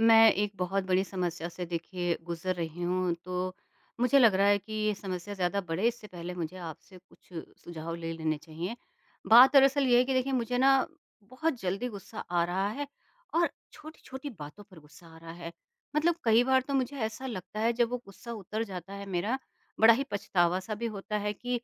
मैं एक बहुत बड़ी समस्या से देखिए गुजर रही हूँ तो मुझे लग रहा है कि ये समस्या ज़्यादा बढ़े इससे पहले मुझे आपसे कुछ सुझाव ले लेने चाहिए। बात दरअसल ये है कि देखिए मुझे ना बहुत जल्दी गुस्सा आ रहा है और छोटी-छोटी बातों पर गुस्सा आ रहा है। मतलब कई बार तो मुझे ऐसा लगता है जब वो गुस्सा उतर जाता है मेरा, बड़ा ही पछतावा-सा भी होता है कि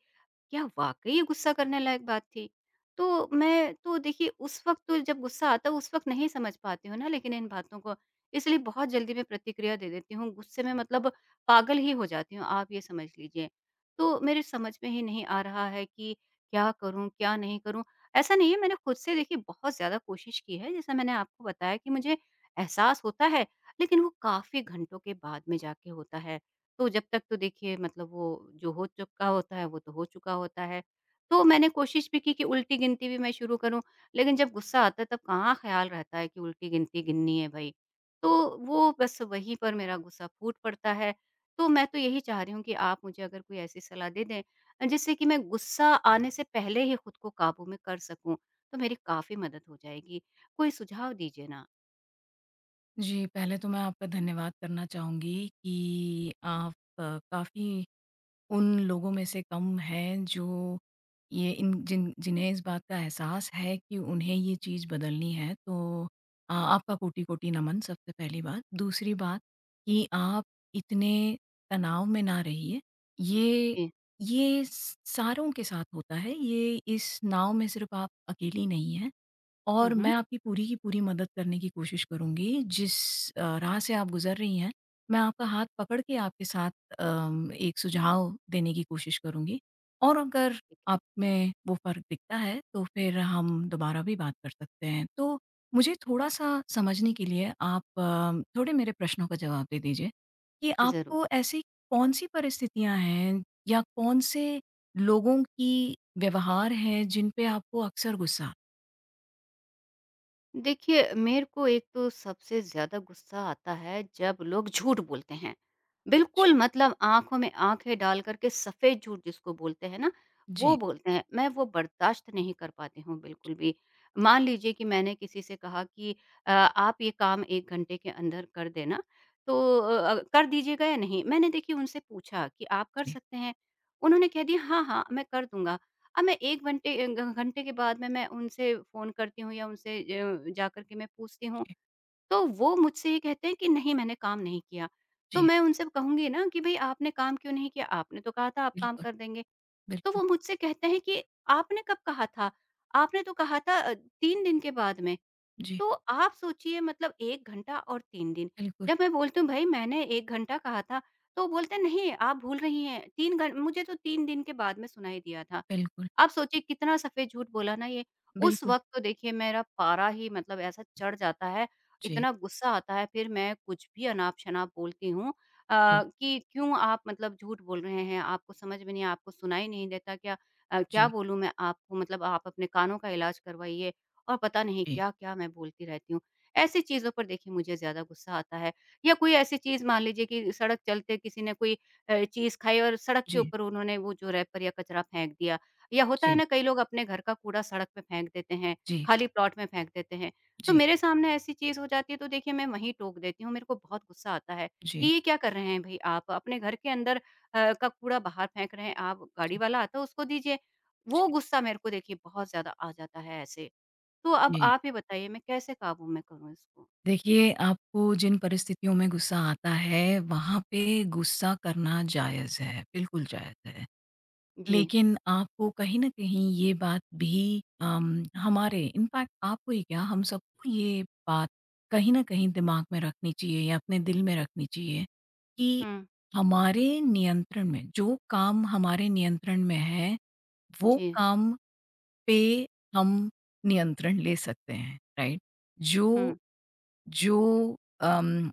क्या वाक़ई ये गुस्सा करने लायक बात थी? तो मैं तो देखिए उस वक़्त तो जब गुस्सा आता है उस वक़्त नहीं समझ पाती हूँ ना लेकिन इन बातों को इसलिए बहुत जल्दी मैं प्रतिक्रिया दे देती हूँ, गुस्से में मतलब पागल ही हो जाती हूँ, आप ये समझ लीजिए। तो मेरे समझ में ही नहीं आ रहा है कि क्या करूँ, क्या नहीं करूँ? ऐसा नहीं है मैंने खुद से देखिए बहुत ज़्यादा कोशिश की है, जैसा मैंने आपको बताया कि मुझे एहसास होता है, लेकिन वो काफ़ी घंटों के बाद में जाके होता है। तो जब तक तो देखिए मतलब वो जो हो चुका होता है, वो तो हो चुका होता है। तो मैंने कोशिश भी की कि उल्टी गिनती भी मैं शुरू करूँ, लेकिन जब गुस्सा आता है तब कहाँ ख़्याल रहता है कि उल्टी गिनती गिननी है भई। तो वो बस वहीं पर मेरा गुस्सा फूट पड़ता है। तो मैं तो यही चाह रही हूँ कि आप मुझे अगर कोई ऐसी सलाह दे दें जिससे कि मैं गुस्सा आने से पहले ही खुद को काबू में कर सकूँ, तो मेरी काफ़ी मदद हो जाएगी। कोई सुझाव दीजिए ना। जी, पहले तो मैं आपका धन्यवाद करना चाहूँगी कि आप काफ़ी उन लोगों में से कम हैं जो ये इन जिन जिन्हें इस बात का एहसास है कि उन्हें ये चीज़ बदलनी है। तो आपका कोटि-कोटि नमन सबसे पहली बात। दूसरी बात कि आप इतने तनाव में ना रहिए। ये जी। ये स सारों के साथ होता है, ये इस नाव में सिर्फ़ आप अकेली नहीं हैं। हुँ, और हुँ। मैं आपकी पूरी की पूरी मदद करने की कोशिश करूँगी। जिस राह से आप गुज़र रही हैं, मैं आपका हाथ पकड़ के आपके साथ एक सुझाव देने की कोशिश करूँगी और अगर ठीक है। आप में वो फ़र्क दिखता है, तो फिर हम दोबारा भी बात कर सकते हैं। तो मुझे थोड़ा-सा समझने के लिए आप थोड़े मेरे प्रश्नों का जवाब दे दीजिए कि ज़रूर। आपको ऐसी कौन-सी परिस्थितियाँ हैं या कौन-से लोगों की व्यवहार है, जिन पे आपको अक्सर गुस्सा आता है? देखिए, मेरे को एक तो सबसे ज़्यादा गुस्सा आता है जब लोग झूठ बोलते हैं। बिल्कुल मतलब आँखों में आँखें डाल कर के सफ़ेद झूठ जिसको बोलते हैं ना, वो जी, बोलते हैं। मैं वो बर्दाश्त नहीं कर पाती हूँ बिल्कुल भी। मान लीजिए कि मैंने किसी से कहा कि आप ये काम 1 घंटे के अंदर कर देना, तो कर दीजिएगा या नहीं? मैंने देखिए उनसे पूछा कि आप कर जी, सकते हैं? उन्होंने कह दिया हाँ, हाँ, मैं कर दूँगा। अब मैं 1 घंटे अ, घ घंटे के बाद में मैं उनसे फ़ोन करती हूँ या उनसे जाकर के मैं पूछती हूँ, जी, तो वो मुझसे ये कहते हैं कि नहीं मैंने काम नहीं किया। तो जी, मैं उनसे कहूँगी ना कि भई आपने काम क्यों नहीं किया? आपने तो कहा था आप काम बिल्कुल, कर देंगे। तो बिल्कुल, वो मुझसे कहते हैं कि आपने कब कहा था? आपने तो कहा था 3 दिन के बाद में। जी, तो आप सोचिए मतलब 1 घंटा और 3 दिन। बिल्कुल, जब मैं बोलती हूँ भई मैंने 1 घंटा कहा था, तो बोलते हैं नहीं आप भूल रही हैं 3 घं मुझे तो 3 दिन के बाद में सुनाई दिया था। बिल्कुल, आप सोचिए कितना सफ़ेद झूठ बोला ना ये। उस बिल्कुल, वक़्त तो देखिए मेरा पारा ही मतलब ऐसा चढ़ जाता है, जी, इतना गुस्सा आता है फिर मैं कुछ भी अनाप-शनाप बोलती हूँ अ, जी, कि क्यों आप मतलब झूठ बोल रहे हैं, आपको समझ में नहीं आपको सुनाई नहीं देता क्या? क्या जी, बोलूँ मैं आपको मतलब आप अपने कानों का इलाज करवाइए और पता नहीं जी, क्या-क्या मैं बोलती रहती हूँ। ऐसी चीज़ों पर देखिए मुझे ज़्यादा गुस्सा आता है या कोई ऐसी चीज़ मान लीजिए कि सड़क चलते किसी ने कोई चीज़ खाई और सड़क के जी, ऊपर उन्होंने वो जो रैपर या कचरा फेंक दिया, या होता है जी, ना कई लोग अपने घर का कूड़ा सड़क पे फेंक देते हैं, जी, खाली प्लॉट में फेंक देते हैं। तो जी, मेरे सामने ऐसी चीज़ हो जाती है तो देखिए मैं वहीं टोक देती हूँ, मेरे को बहुत गुस्सा आता है कि जी, ये क्या कर रहे हैं भई आप? अपने घर के अंदर का कूड़ा बाहर फेंक रहे हैं आप, गाड़ी जी, वाला आता है उसको दीजिए। जी, वो गुस्सा मेरे को देखिए बहुत ज़्यादा आ जाता है ऐसे। तो अब जी। आप ही बताइए मैं कैसे काबू में करूँ इसको? देखिए, आपको जिन परिस्थितियों में गुस्सा आता है, वहाँ पे गुस्सा करना जायज़ है, बिल्कुल जायज़ है। जी। लेकिन आपको कहीं न कहीं ये बात भी हमारे इनफैक्ट आपको ही क्या हम सबको ये बात कहीं न कहीं दिमाग में रखनी चाहिए या अपने दिल में रखनी चाहिए कि हुँ। हमारे नियंत्रण में जो काम हमारे नियंत्रण में है, वो जी। काम पे हम नियंत्रण ले सकते हैं, राइट? जो हुँ। जो अम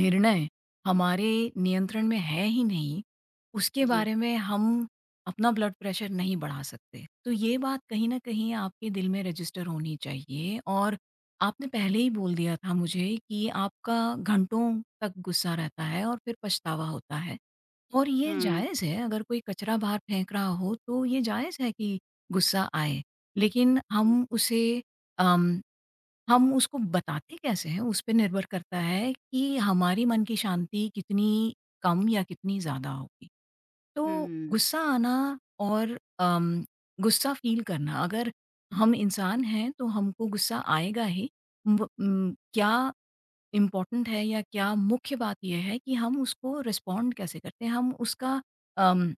निर्णय हमारे नियंत्रण में है ही नहीं, उसके जी। बारे में हम अपना ब्लड प्रेशर नहीं बढ़ा सकते। तो ये बात कहीं न कहीं आपके दिल में रजिस्टर होनी चाहिए और आपने पहले ही बोल दिया था मुझे कि आपका घंटों तक गुस्सा रहता है और फिर पछतावा होता है और ये हुँ। जायज़ है, अगर कोई कचरा बाहर फेंक रहा हो, तो ये जायज़ है कि गुस्सा आए। लेकिन जी। हम उसे अम हम उसको बताते कैसे हैं, उस पे निर्भर करता है कि हमारी मन की शांति कितनी कम या कितनी ज़्यादा होगी। तो हुँ। गुस्सा आना और गुस्सा फ़ील करना, अगर हम इंसान हैं तो हमको गुस्सा आएगा ही। क्या इम्पोर्टेंट है या क्या मुख्य बात ये है कि हम उसको रिस्पॉन्ड कैसे करते हैं, अम,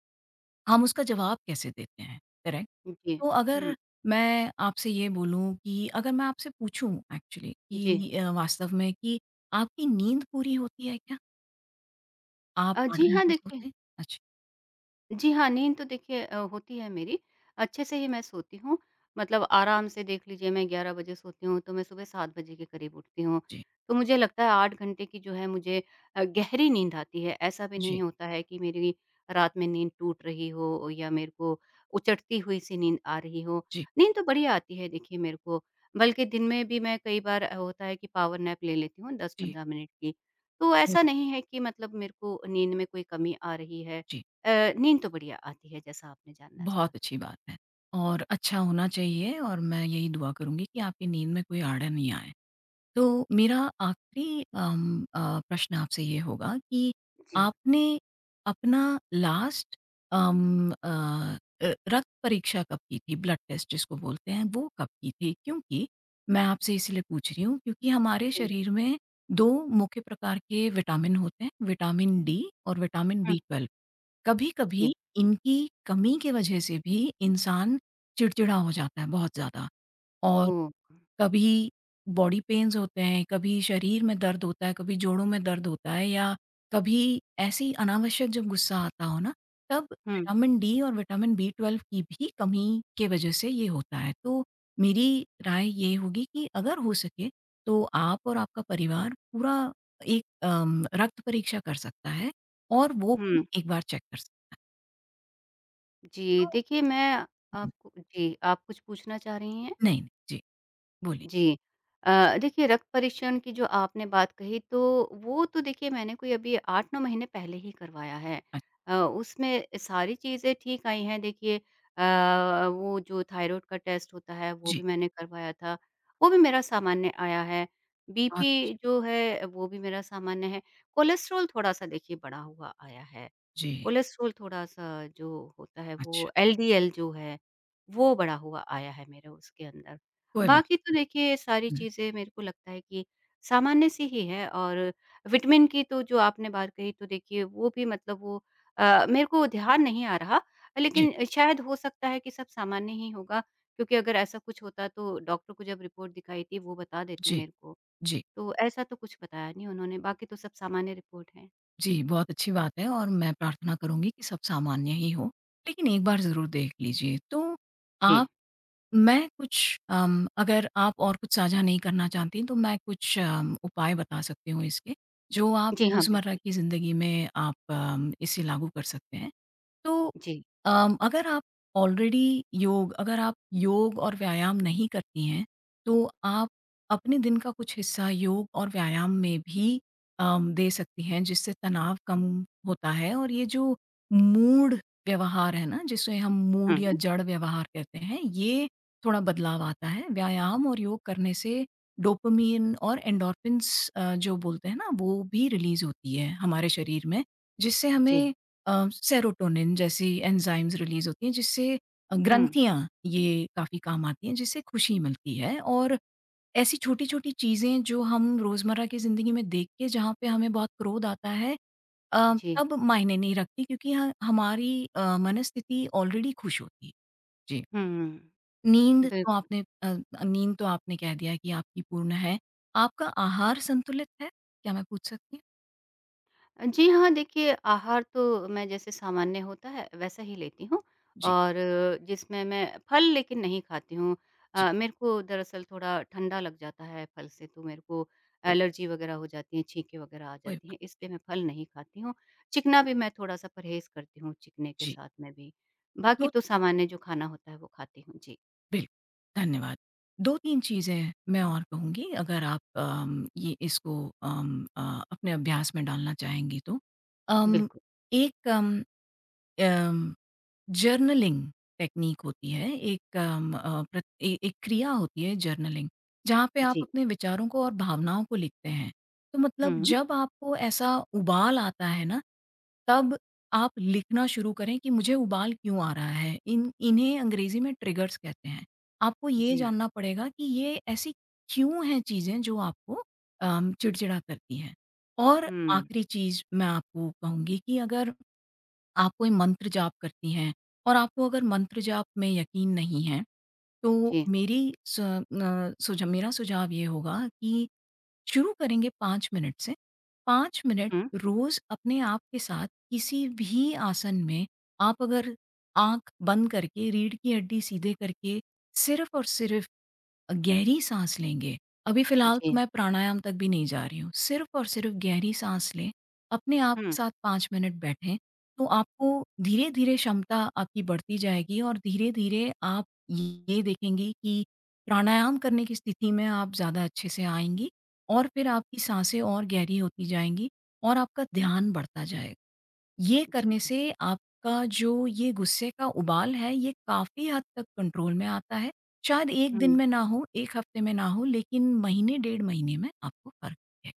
हम उसका जवाब कैसे देते हैं, करेक्ट? जी। तो हुँ। अगर मैं आपसे ये बोलूँ कि अगर मैं आपसे पूछूँ एक्चुअली जी। कि वास्तव में कि आपकी नींद पूरी होती है क्या? आप 8 जी हाँ, घंटे देखिए सोते हैं? अच्छा, जी हाँ, नींद तो देखिए होती है मेरी, अच्छे से ही मैं सोती हूँ। मतलब आराम से देख लीजिए मैं 11 बजे सोती हूँ, तो मैं सुबह 7 बजे के करीब उठती हूँ। जी, तो मुझे लगता है 8 घंटे की जो है मुझे गहरी नींद आती है। ऐसा भी नहीं जी, होता है कि मेरी रात में नींद टूट रही हो या मेरे को उचटती हुई सी नींद आ रही हो। जी, नींद तो बढ़िया आती है देखिए मेरे को, बल्कि दिन में भी मैं कई बार होता है कि पावर नैप ले लेती हूँ जी, 10-15 मिनट की। तो बहुत ऐसा अच्छी नहीं है कि मतलब मेरे को नींद में कोई कमी आ रही है जी, नींद तो बढ़िया आती है जैसा आपने जानना चाहा बहुत तो। अच्छी बात है और अच्छा होना चाहिए और मैं यही दुआ करूँगी कि आपकी नींद में कोई आड़ा नहीं आए। तो मेरा आखिरी प्रश्न आपसे ये होगा कि जी, आपने अपना लास्ट अम, अ, रक्त परीक्षा कब की थी? ब्लड टेस्ट जिसको बोलते हैं, वो कब की थी? क्योंकि मैं आपसे इसलिए पूछ रही हूँ क्योंकि जी, हमारे जी। शरीर में 2 मुख्य प्रकार के विटामिन होते हैं, विटामिन डी और विटामिन हुँ, बी 12। जी, कभी-कभी इनकी कमी की वजह से भी इंसान चिड़चिड़ा हो जाता है बहुत ज़्यादा और ओह! कभी बॉडी पेन्स होते हैं, कभी शरीर में दर्द होता है, कभी जोड़ों में दर्द होता है या कभी ऐसी अनावश्यक जब गुस्सा आता हो ना, तब हुँ, विटामिन डी और विटामिन बी 12 की भी कमी के वजह से ये होता है। तो मेरी राय ये होगी कि अगर हो सके तो आप और आपका परिवार पूरा एक रक्त परीक्षा कर सकता है और वो भी हुँ, एक बार चेक कर सकता है। जी तो देखिए मैं आपको जी, आप कुछ पूछना चाह रही हैं? नहीं, नहीं। जी, बोलिए। जी। देखिए रक्त परीक्षण की जो आपने बात कही तो वो तो देखिए मैंने कोई अभी 8-9 महीने पहले ही करवाया है। अ, उसमें सारी चीज़ें ठीक आई हैं देखिए अ, वो जो थायरॉइड का टेस्ट होता है वो भी जी, मैंने करवाया था, वो भी मेरा सामान्य आया है। बहुत बीपी अच्छी जो है वो भी मेरा सामान्य है। कोलेस्ट्रॉल थोड़ा-सा देखिए बढ़ा हुआ आया है। जी, कोलेस्ट्रॉल थोड़ा-सा जो होता है वो अच्छा। एलडीएल जो है, वो बढ़ा हुआ आया है मेरे उसके अंदर। कोई बात। बाकी तो देखिए सारी हुँ, चीज़ें मेरे को लगता है कि सामान्य सी ही है और विटामिन की तो जो आपने बात कही तो देखिए वो भी मतलब वो मेरे को ध्यान नहीं आ रहा, जी, लेकिन शायद हो सकता है कि सब सामान्य ही होगा क्योंकि अगर ऐसा कुछ होता तो डॉक्टर को जब रिपोर्ट दिखाई थी वो बता देते जी। मेरे को। जी, तो ऐसा तो कुछ बताया नहीं उन्होंने, बाकी तो सब सामान्य रिपोर्ट है। जी, बहुत अच्छी बात है और मैं प्रार्थना करूँगी कि सब सामान्य ही हो, लेकिन एक बार ज़रूर देख लीजिए। तो जी। आप, मैं कुछ अगर आप और कुछ साझा नहीं करना चाहतीं, तो मैं कुछ उपाय बता सकती हूँ इसके, जो आप जी हाँ, रोज़मर्रा बिल्कुल। की ज़िंदगी में आप इसे लागू कर सकते हैं। तो जी। अगर आप ऑलरेडी योग अगर आप योग और व्यायाम नहीं करती हैं, तो आप अपने दिन का कुछ हिस्सा योग और व्यायाम में भी दे सकती हैं, जिससे तनाव कम होता है और ये जो मूढ़ व्यवहार है ना, जिसे हम मूढ़ या हुँ। जड़ व्यवहार कहते हैं, ये थोड़ा बदलाव आता है। व्यायाम और योग करने से डोपामाइन और एंडोर्फिन्स जो बोलते हैं ना वो भी रिलीज़ होती है हमारे शरीर में, जिससे जी, हमें सेरोटोनिन जैसी एंजाइम्स रिलीज़ होती हैं जिससे हुँ, ग्रंथियाँ ये काफ़ी काम आती हैं जिससे खुशी मिलती है और ऐसी छोटी-छोटी चीज़ें जो हम रोज़मर्रा की ज़िंदगी में देख के जहाँ पे हमें बहुत क्रोध आता है जी, तब मायने नहीं रखती क्योंकि ह हमारी मनस्थिति ऑलरेडी खुश होती है। जी। हुँ, नींद तो बिल्कुल। नींद तो आपने कह दिया कि आपकी पूर्ण है। आपका आहार संतुलित है? क्या मैं पूछ सकती हूँ? जी हाँ, देखिए आहार तो मैं जैसे सामान्य होता है वैसा ही लेती हूँ जी, और जिसमें मैं फल लेकिन नहीं खाती हूँ। जी, मेरे को दरअसल थोड़ा ठंडा लग जाता है फल से तो मेरे को कोई एलर्जी वग़ैरह हो जाती है, छींकें वग़ैरह आ कोई जाती हैं, बात। इसलिए मैं फल नहीं खाती हूँ। चिकना भी मैं थोड़ा-सा परहेज़ करती हूँ चिकने के जी, साथ में भी। बाकी तो तो सामान्य जो खाना होता है वो खाती हूँ। जी, बिल्कुल, धन्यवाद। 2-3 चीज़ें मैं और कहूँगी अगर आप ये इसको अपने अभ्यास में डालना चाहेंगी तो। अम, बिल्कुल, एक अम, अम जर्नलिंग टेक्नीक होती है, एक अम, अ, प्र ए एक क्रिया होती है जर्नलिंग, जहाँ पे आप जी। अपने विचारों को और भावनाओं को लिखते हैं। तो मतलब हुँ, जब आपको ऐसा उबाल आता है ना, तब आप लिखना शुरू करें कि मुझे उबाल क्यों आ रहा है? इन इन्हें अंग्रेज़ी में ट्रिगर्स कहते हैं। आपको ये जी, जानना पड़ेगा कि ये ऐसी क्यों हैं चीज़ें जो आपको चिड़चिड़ा करती हैं। और हुँ, आखिरी चीज़ मैं आपको कहूँगी कि अगर आप कोई मंत्र जाप करती हैं और आपको अगर मंत्र जाप में यकीन नहीं है, तो जी, मेरी स अ, सुझा मेरा सुझाव ये होगा कि शुरू करेंगे 5 मिनट से। 5 मिनट हुँ, रोज़ अपने आप के साथ किसी भी आसन में आप अगर आँख बंद करके रीढ़ की हड्डी सीधे करके सिर्फ़ और सिर्फ़ गहरी साँस लेंगे। अभी फ़िलहाल तो जी। मैं प्राणायाम तक भी नहीं जा रही हूँ। सिर्फ़ और सिर्फ़ गहरी साँस लें, अपने आप के हुँ, साथ 5 मिनट बैठें, तो आपको धीरे-धीरे क्षमता आपकी बढ़ती जाएगी और धीरे-धीरे आप ये देखेंगी कि प्राणायाम करने की स्थिति में आप ज़्यादा अच्छे से आएँगी और फिर आपकी साँसें और गहरी होती जाएँगी और आपका ध्यान बढ़ता जाएगा। ये जी। करने से आपका जो ये गुस्से का उबाल है, ये काफ़ी हद तक कंट्रोल में आता है। शायद 1 दिन हुँ, में ना हो, 1 हफ्ते में ना हो, लेकिन महीने 1.5 महीने में आपको फ़र्क है।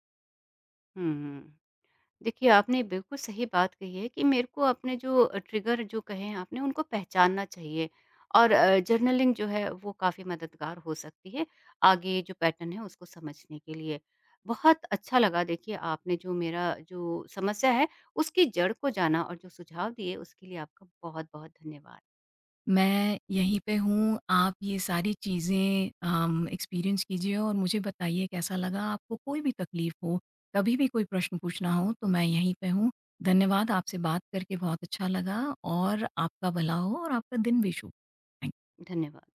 हुँ। देखिए, आपने बिल्कुल सही बात कही है कि मेरे को अपने जो ट्रिगर जो कहे हैं आपने उनको पहचानना चाहिए और जर्नलिंग जो है वो काफ़ी मददगार हो सकती है, आगे जो पैटर्न है उसको समझने के लिए। बहुत अच्छा लगा देखिए आपने जो मेरा जो समस्या है उसकी जड़ को जाना और जो सुझाव दिए उसके लिए आपका बहुत-बहुत धन्यवाद। मैं यहीं पे हूँ, आप ये सारी चीज़ें एक्सपीरियंस कीजिए और मुझे बताइए कैसा लगा। आपको कोई भी तकलीफ़ हो, कभी भी कोई प्रश्न पूछना हो तो मैं यहीं पे हूँ। धन्यवाद, आपसे बात करके बहुत अच्छा लगा और आपका भला हो और आपका दिन भी शुभ। Thank you. धन्यवाद।